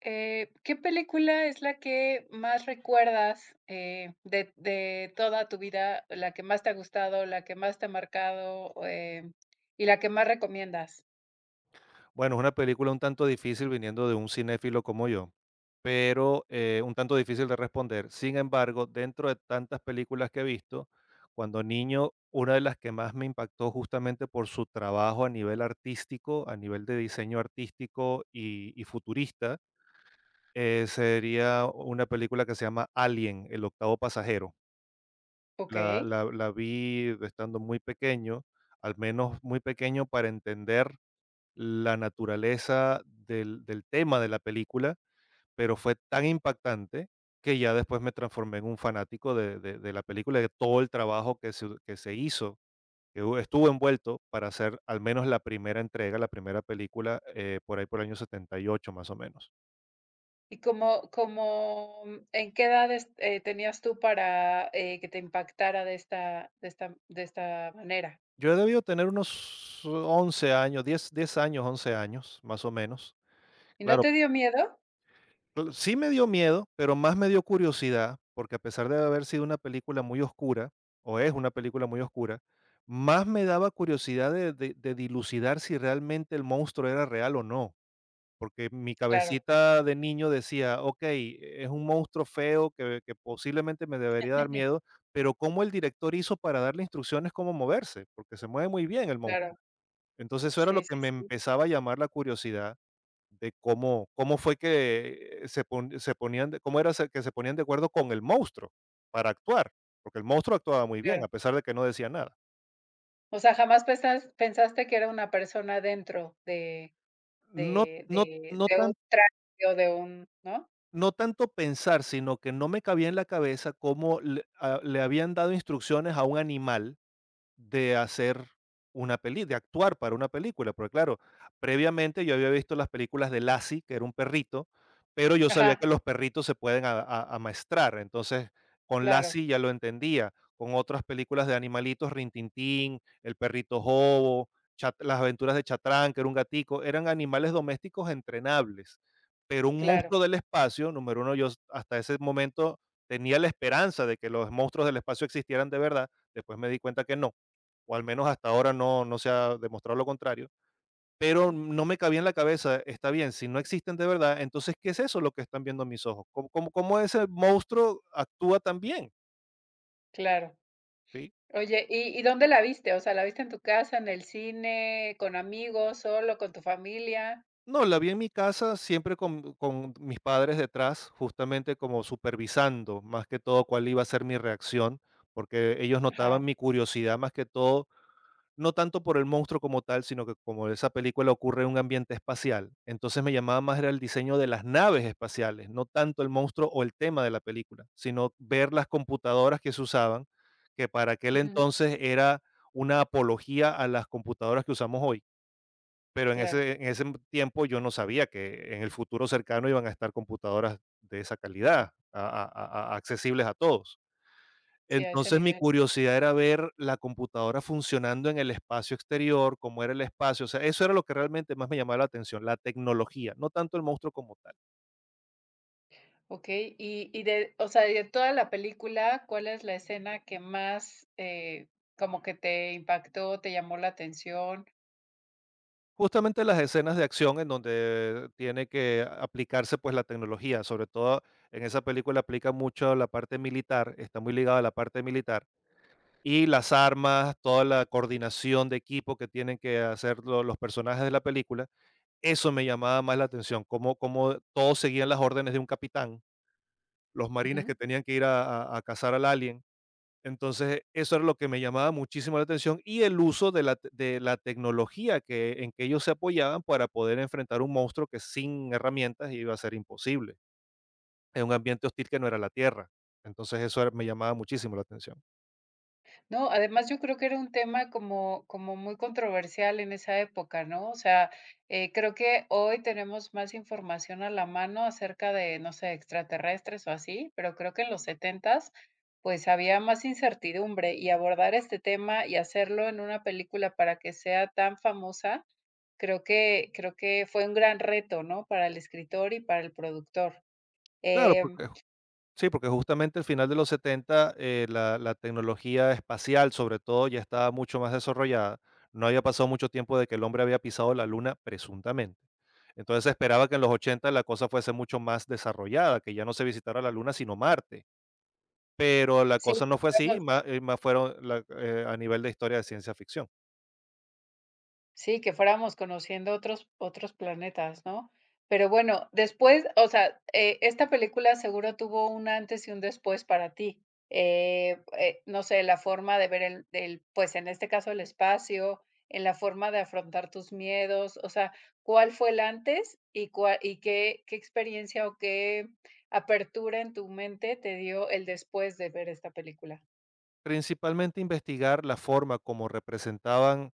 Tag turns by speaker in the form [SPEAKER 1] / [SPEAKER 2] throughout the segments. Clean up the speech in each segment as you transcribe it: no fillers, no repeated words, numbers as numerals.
[SPEAKER 1] ¿Qué película es la que más recuerdas, de toda tu vida, la que más te ha gustado, la que más te ha marcado, y la que más recomiendas?
[SPEAKER 2] Bueno, es una película un tanto difícil viniendo de un cinéfilo como yo, pero un tanto difícil de responder. Sin embargo, dentro de tantas películas que he visto, cuando niño, una de las que más me impactó justamente por su trabajo a nivel artístico, a nivel de diseño artístico y futurista, sería una película que se llama Alien, el octavo pasajero.
[SPEAKER 1] ¿Ok?
[SPEAKER 2] La vi estando muy pequeño, al menos muy pequeño para entender la naturaleza del tema de la película, pero fue tan impactante que ya después me transformé en un fanático de la película, de todo el trabajo que se hizo, que hu estuvo envuelto para hacer al menos la primera entrega, la primera película, por ahí por el año 78 más o menos.
[SPEAKER 1] ¿Y cómo en qué edades, tenías tú para, que te impactara de esta manera?
[SPEAKER 2] Yo he debido tener unos 11 años, 10, 10 años, 11 años, más o menos.
[SPEAKER 1] ¿Y no
[SPEAKER 2] Claro,
[SPEAKER 1] te dio miedo?
[SPEAKER 2] Cl sí me dio miedo, pero más me dio curiosidad, porque a pesar de haber sido una película muy oscura, o es una película muy oscura, más me daba curiosidad de dilucidar si realmente el monstruo era real o no, porque mi
[SPEAKER 1] Claro.
[SPEAKER 2] cabecita de niño decía: "Okey, es un monstruo feo que posiblemente me debería dar miedo, pero ¿cómo el director hizo para darle instrucciones cómo moverse? Porque se mueve muy bien el
[SPEAKER 1] Claro.
[SPEAKER 2] monstruo". Entonces, eso era lo
[SPEAKER 1] Sí,
[SPEAKER 2] que
[SPEAKER 1] sí,
[SPEAKER 2] me
[SPEAKER 1] sí,
[SPEAKER 2] empezaba a llamar la curiosidad de cómo fue que se ponían de cómo era se que se ponían de acuerdo con el monstruo para actuar, porque el monstruo actuaba muy bien,
[SPEAKER 1] claro.
[SPEAKER 2] a pesar de que no decía nada.
[SPEAKER 1] O sea, jamás pensaste que era una persona dentro de.
[SPEAKER 2] No
[SPEAKER 1] De
[SPEAKER 2] no
[SPEAKER 1] de
[SPEAKER 2] no
[SPEAKER 1] de un
[SPEAKER 2] tan
[SPEAKER 1] traje o de un, ¿no?
[SPEAKER 2] no tanto pensar, sino que no me cabía en la cabeza cómo le le habían dado instrucciones a un animal de hacer una peli de actuar para una película, porque claro, previamente yo había visto las películas de Lassie, que era un perrito, pero yo sabía que
[SPEAKER 1] Ajá,
[SPEAKER 2] los perritos se pueden amaestrar, entonces con
[SPEAKER 1] claro,
[SPEAKER 2] Lassie ya lo entendía, con otras películas de animalitos, Rintintín, El perrito Jobo, Las aventuras de Chatrán, que era un gatico, eran animales domésticos entrenables, pero un
[SPEAKER 1] claro,
[SPEAKER 2] monstruo del espacio, número uno, yo hasta ese momento tenía la esperanza de que los monstruos del espacio existieran de verdad, después me di cuenta que no, o al menos hasta ahora no, no se ha demostrado lo contrario, pero no me cabía en la cabeza, está bien, si no existen de verdad, entonces, ¿qué es eso lo que están viendo mis ojos? ¿Cómo ese monstruo actúa también?
[SPEAKER 1] claro.
[SPEAKER 2] ¿Sí?
[SPEAKER 1] Oye, ¿y dónde la viste? O sea, ¿la viste en tu casa, en el cine, con amigos, solo, con tu familia?
[SPEAKER 2] No, la vi en mi casa siempre con mis padres detrás, justamente como supervisando más que todo cuál iba a ser mi reacción, porque ellos
[SPEAKER 1] Ajá,
[SPEAKER 2] notaban mi curiosidad más que todo. No tanto por el monstruo como tal, sino que como esa película ocurre en un ambiente espacial. Entonces me llamaba más era el diseño de las naves espaciales, no tanto el monstruo o el tema de la película, sino ver las computadoras que se usaban, que para aquel
[SPEAKER 1] ujú,
[SPEAKER 2] entonces era una apología a las computadoras que usamos hoy. Pero en
[SPEAKER 1] claro,
[SPEAKER 2] ese, en ese tiempo yo no sabía que en el futuro cercano iban a estar computadoras de esa calidad, accesibles a todos.
[SPEAKER 1] sí, a ese
[SPEAKER 2] Entonces, mi
[SPEAKER 1] nivel.
[SPEAKER 2] curiosidad era ver la computadora funcionando en el espacio exterior, cómo era el espacio, o sea, eso era lo que realmente más me llamaba la atención, la tecnología, no tanto el monstruo como tal.
[SPEAKER 1] Okey, y de o sea, de toda la película, ¿cuál es la escena que más, como que te impactó, te llamó la atención?
[SPEAKER 2] Justamente las escenas de acción en donde tiene que aplicarse, pues, la tecnología, sobre todo en esa película aplica mucho la parte militar, está muy ligada a la parte militar, y las armas, toda la coordinación de equipo que tienen que hacer los personajes de la película, eso me llamaba más la atención, cómo, cómo todos seguían las órdenes de un capitán, los marines que
[SPEAKER 1] Ujú.
[SPEAKER 2] tenían que ir a cazar al alien. Entonces, eso era lo que me llamaba muchísimo la atención y el uso de la, de la tecnología que, en que ellos se apoyaban para poder enfrentar un monstruo que sin herramientas iba a ser imposible, en un ambiente hostil que no era la Tierra. Entonces, me llamaba muchísimo la atención.
[SPEAKER 1] No, además yo creo que era un tema como muy controversial en esa época, ¿no? O sea, creo que hoy tenemos más información a la mano acerca de, no sé, extraterrestres o así, pero creo que en los setentas, pues había más incertidumbre y abordar este tema y hacerlo en una película para que sea tan famosa, creo que fue un gran reto, ¿no? Para el escritor y para el productor.
[SPEAKER 2] Claro.
[SPEAKER 1] Em,
[SPEAKER 2] porque Sí, porque justamente al final de los 70 la tecnología espacial, sobre todo, ya estaba mucho más desarrollada. No había pasado mucho tiempo de que el hombre había pisado la luna, presuntamente. Entonces se esperaba que en los 80 la cosa fuese mucho más desarrollada, que ya no se visitara la luna, sino Marte. Pero la
[SPEAKER 1] sí.
[SPEAKER 2] cosa no fue así, más fueron a nivel de historia de ciencia ficción.
[SPEAKER 1] Sí, que fuéramos conociendo otros planetas, ¿no? Pero bueno, después, o sea, esta película seguro tuvo un antes y un después para ti. No sé, la forma de ver pues, en este caso, el espacio, en la forma de afrontar tus miedos, o sea, ¿cuál fue el antes y cuál y qué experiencia o qué apertura en tu mente te dio el después de ver esta película?
[SPEAKER 2] Principalmente investigar la forma como representaban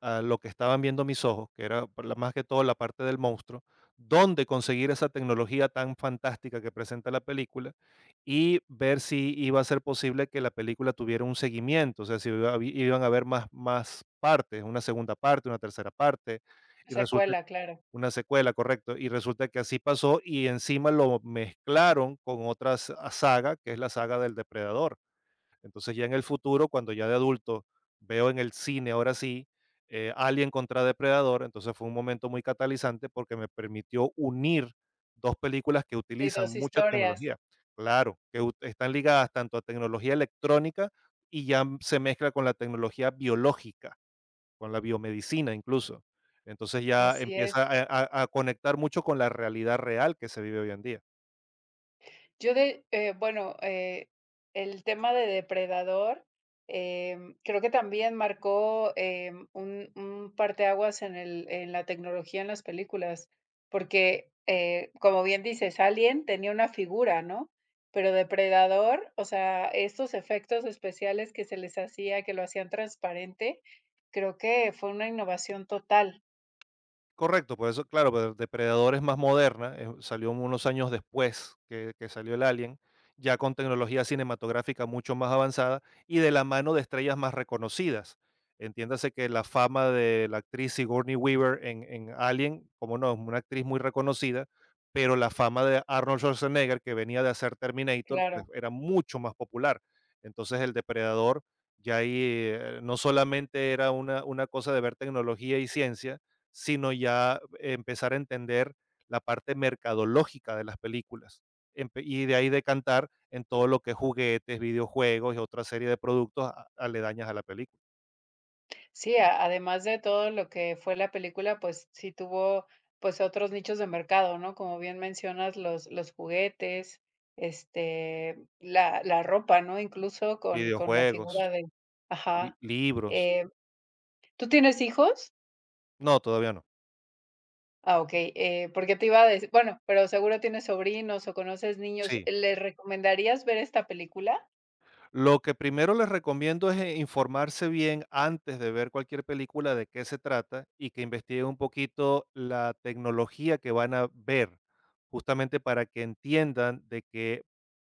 [SPEAKER 2] a lo que estaban viendo mis ojos, que era por más que todo la parte del monstruo, dónde conseguir esa tecnología tan fantástica que presenta la película y ver si iba a ser posible que la película tuviera un seguimiento, o sea, si iba a iban a haber más partes, una segunda parte, una tercera parte, y resulta
[SPEAKER 1] Secuela, claro,
[SPEAKER 2] una secuela, correcto, y resulta que así pasó y encima lo mezclaron con otra saga, que es la saga del depredador. Entonces ya en el futuro, cuando ya de adulto veo en el cine, ahora sí, Alien contra Depredador, entonces fue un momento muy catalizante porque me permitió unir 2 películas que
[SPEAKER 1] de
[SPEAKER 2] utilizan
[SPEAKER 1] 2
[SPEAKER 2] mucha
[SPEAKER 1] historias,
[SPEAKER 2] tecnología. Claro, que ut están ligadas tanto a tecnología electrónica y ya se mezcla con la tecnología biológica, con la biomedicina incluso. Entonces ya
[SPEAKER 1] así es.
[SPEAKER 2] empieza a conectar mucho con la realidad real que se vive hoy en día.
[SPEAKER 1] Yo de bueno, el tema de Depredador, creo que también marcó, un parteaguas en el en la tecnología en las películas, porque, como bien dices, Alien tenía una figura, ¿no? Pero Depredador, o sea, estos efectos especiales que se les hacía, que lo hacían transparente, creo que fue una innovación total,
[SPEAKER 2] Correcto, por eso, claro, pero Depredador es más moderna, salió unos años después que salió el Alien, ya con tecnología cinematográfica mucho más avanzada y de la mano de estrellas más reconocidas. Entiéndase que la fama de la actriz Sigourney Weaver en Alien, como no, es una actriz muy reconocida, pero la fama de Arnold Schwarzenegger, que venía de hacer Terminator, pues,
[SPEAKER 1] claro.
[SPEAKER 2] era mucho más popular. Entonces el Depredador ya ahí no solamente era una cosa de ver tecnología y ciencia, sino ya empezar a entender la parte mercadológica de las películas. Y de ahí decantar en todo lo que es juguetes, videojuegos y otra serie de productos aledañas a la película.
[SPEAKER 1] Sí, a además de todo lo que fue la película, pues sí tuvo, pues, otros nichos de mercado, ¿no? Como bien mencionas, los juguetes, este, la ropa, ¿no? Incluso con la
[SPEAKER 2] Videojuegos,
[SPEAKER 1] figura de ajá.
[SPEAKER 2] libros.
[SPEAKER 1] Eh, ¿Tú tienes hijos?
[SPEAKER 2] No, todavía no.
[SPEAKER 1] Ah, okey, porque te iba a decir, bueno, pero seguro tienes sobrinos o conoces niños,
[SPEAKER 2] Sí.
[SPEAKER 1] ¿les recomendarías ver esta película?
[SPEAKER 2] Lo que primero les recomiendo es informarse bien antes de ver cualquier película de qué se trata y que investiguen un poquito la tecnología que van a ver, justamente para que entiendan de qué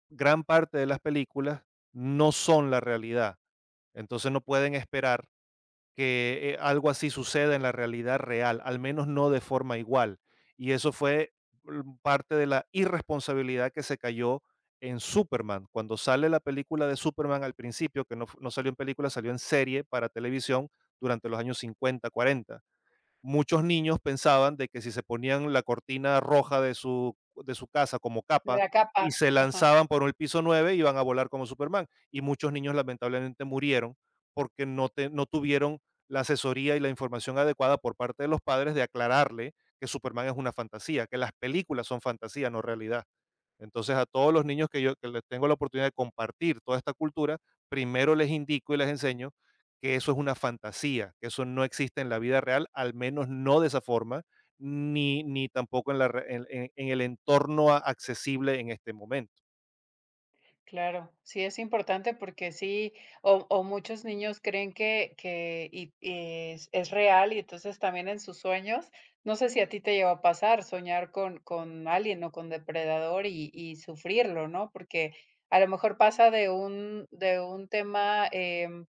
[SPEAKER 2] gran parte de las películas no son la realidad. Entonces no pueden esperar que algo así suceda en la realidad real, al menos no de forma igual. Y eso fue parte de la irresponsabilidad que se cayó en Superman. Cuando sale la película de Superman al principio, que no, no salió en película, salió en serie para televisión durante los años 50, cuarenta, muchos niños pensaban de que si se ponían la cortina roja de su casa como
[SPEAKER 1] De
[SPEAKER 2] capa
[SPEAKER 1] la
[SPEAKER 2] y
[SPEAKER 1] capa,
[SPEAKER 2] se
[SPEAKER 1] ajá.
[SPEAKER 2] lanzaban por el piso 9 iban a volar como Superman. Y muchos niños lamentablemente murieron porque no tuvieron la asesoría y la información adecuada por parte de los padres de aclararle que Superman es una fantasía, que las películas son fantasía, no realidad. Entonces, a todos los niños que yo que les tengo la oportunidad de compartir toda esta cultura, primero les indico y les enseño que eso es una fantasía, que eso no existe en la vida real, al menos no de esa forma, ni tampoco en la re en el entorno accesible en este momento.
[SPEAKER 1] Claro, sí es importante porque sí, o muchos niños creen que, es real y entonces también en sus sueños, no sé si a ti te llegó a pasar soñar con alguien o con depredador y sufrirlo, ¿no? Porque a lo mejor pasa de un tema,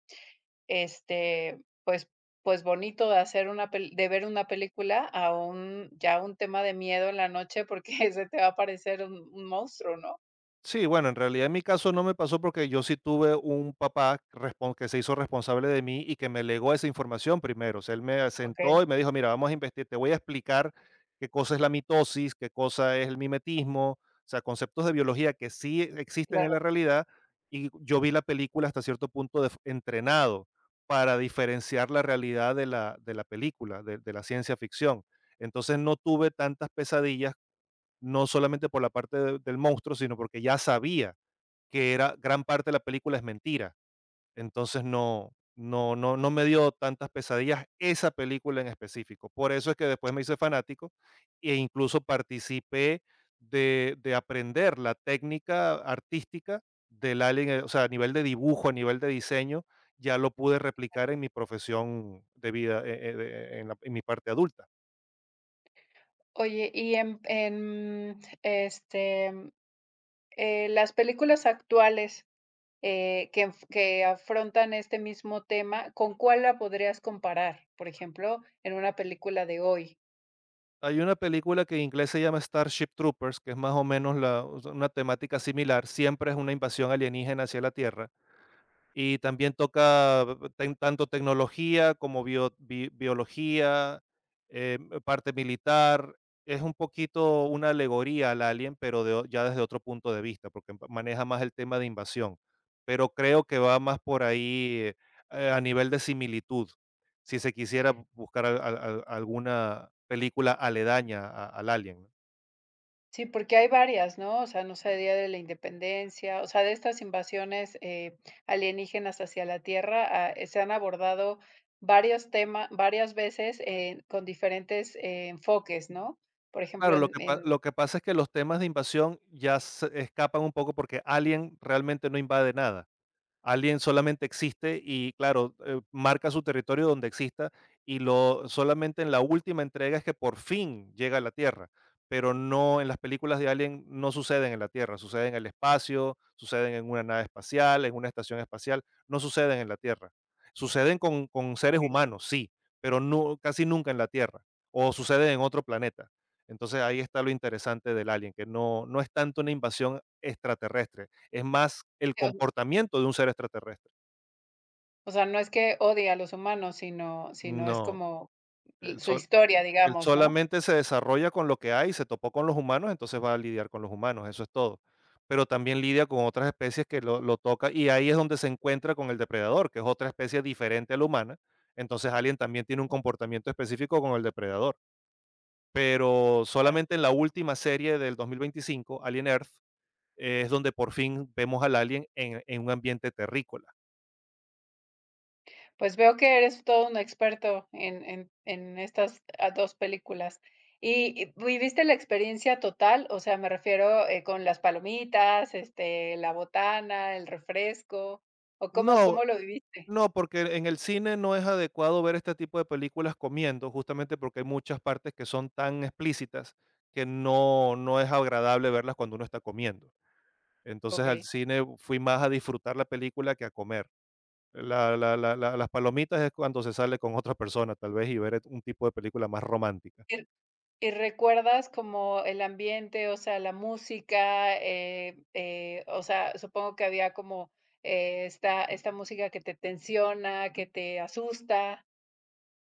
[SPEAKER 1] este, pues bonito de hacer una, de ver una película a un, ya un tema de miedo en la noche porque se te va a aparecer un monstruo, ¿no?
[SPEAKER 2] Sí, bueno, en realidad en mi caso no me pasó porque yo sí tuve un papá que se hizo responsable de mí y que me legó esa información primero. O sea, él me
[SPEAKER 1] Ok,
[SPEAKER 2] sentó y me dijo, mira, vamos a investigar, te voy a explicar qué cosa es la mitosis, qué cosa es el mimetismo, o sea, conceptos de biología que sí existen en la
[SPEAKER 1] claro.
[SPEAKER 2] realidad. Y yo vi la película hasta cierto punto entrenado para diferenciar la realidad de la película, de la ciencia ficción. Entonces no tuve tantas pesadillas no solamente por la parte del monstruo, sino porque ya sabía que era gran parte de la película es mentira. Entonces no, no, no, no me dio tantas pesadillas esa película en específico. Por eso es que después me hice fanático e incluso participé de aprender la técnica artística del alien, o sea, a nivel de dibujo, a nivel de diseño, ya lo pude replicar en mi profesión de vida, en mi parte adulta.
[SPEAKER 1] Oye, y este, las películas actuales, que afrontan este mismo tema, ¿con cuál la podrías comparar? Por ejemplo, en una película de hoy.
[SPEAKER 2] Hay una película que en inglés se llama Starship Troopers, que es más o menos la, una temática similar. Siempre es una invasión alienígena hacia la Tierra. Y también toca ten tanto tecnología como biología, eh, parte militar. Es un poquito una alegoría al Alien, pero de o ya desde otro punto de vista, porque maneja más el tema de invasión. Pero creo que va más por ahí, a nivel de similitud, si se quisiera buscar al al al alguna película aledaña a al Alien, ¿no?
[SPEAKER 1] Sí, porque hay varias, ¿no? O sea, no sé, Día de la Independencia, o sea, de estas invasiones, alienígenas hacia la Tierra, ah, se han abordado varios temas varias veces, con diferentes enfoques, ¿no? Por ejemplo,
[SPEAKER 2] Claro,
[SPEAKER 1] en en
[SPEAKER 2] lo que pasa es que los temas de invasión ya se escapan un poco porque Alien realmente no invade nada. Alien solamente existe y claro, marca su territorio donde exista y lo solamente en la última entrega es que por fin llega a la Tierra, pero no, en las películas de Alien no suceden en la Tierra, suceden en el espacio, suceden en una nave espacial, en una estación espacial, no suceden en la Tierra. Suceden con seres humanos, sí, pero no, casi nunca en la Tierra o suceden en otro planeta. Entonces ahí está lo interesante del Alien, que no, no es tanto una invasión extraterrestre, es más el comportamiento de un ser extraterrestre.
[SPEAKER 1] O sea, no es que odie a los humanos, sino es
[SPEAKER 2] No,
[SPEAKER 1] como
[SPEAKER 2] el
[SPEAKER 1] l su
[SPEAKER 2] sol
[SPEAKER 1] historia,
[SPEAKER 2] él
[SPEAKER 1] digamos, ¿no?
[SPEAKER 2] solamente se desarrolla con lo que hay, se topó con los humanos, entonces va a lidiar con los humanos, eso es todo. Pero también lidia con otras especies que lo toca, y ahí es donde se encuentra con el depredador, que es otra especie diferente a la humana. Entonces, Alien también tiene un comportamiento específico con el depredador. Pero
[SPEAKER 1] Claro.
[SPEAKER 2] solamente en la última serie del 2025, Alien Earth, es donde por fin vemos al alien en un ambiente terrícola.
[SPEAKER 1] Pues veo que eres todo un experto en estas, ah, 2 películas. ¿Y viviste la experiencia total? O sea, me refiero, con las palomitas, este, la botana, el refresco, ¿o cómo
[SPEAKER 2] No
[SPEAKER 1] cómo lo viviste?
[SPEAKER 2] No, porque en el cine no es adecuado ver este tipo de películas comiendo, justamente porque hay muchas partes que son tan explícitas que no, no es agradable verlas cuando uno está comiendo. Entonces al
[SPEAKER 1] Okey.
[SPEAKER 2] cine fui más a disfrutar la película que a comer. Las palomitas es cuando se sale con otra persona, tal vez, y ver un tipo de película más romántica.
[SPEAKER 1] ¿Y recuerdas como el ambiente, o sea, la música? O sea, supongo que había como esta música que te tensiona, que te asusta.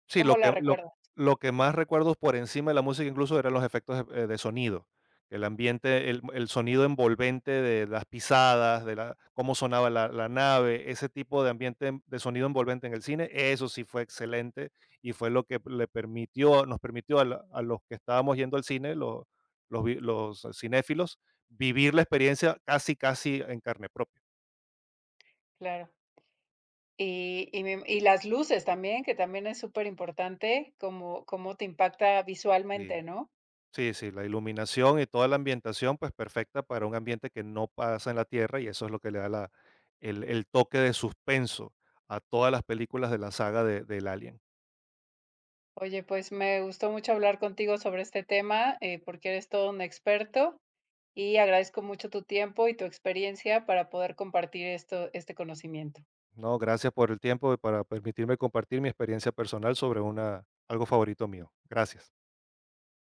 [SPEAKER 2] Sí,
[SPEAKER 1] ¿Cómo la recuerdas?
[SPEAKER 2] lo que más recuerdo por encima de la música incluso eran los efectos de sonido. El ambiente, el sonido envolvente de las pisadas, de la cómo sonaba la nave, ese tipo de ambiente de sonido envolvente en el cine, eso sí fue excelente y fue lo que le permitió nos permitió a los que estábamos yendo al cine, lo los vi los cinéfilos, vivir la experiencia casi, casi en carne propia.
[SPEAKER 1] Claro. Y, y las luces también, que también es súper importante, como cómo te impacta visualmente,
[SPEAKER 2] Sí.
[SPEAKER 1] ¿no?
[SPEAKER 2] Sí, sí, la iluminación y toda la ambientación, pues perfecta para un ambiente que no pasa en la Tierra y eso es lo que le da el toque de suspenso a todas las películas de la saga de, del Alien.
[SPEAKER 1] Oye, pues me gustó mucho hablar contigo sobre este tema, porque eres todo un experto y agradezco mucho tu tiempo y tu experiencia para poder compartir esto, este conocimiento.
[SPEAKER 2] No, gracias por el tiempo y para permitirme compartir mi experiencia personal sobre una, algo favorito mío. Gracias.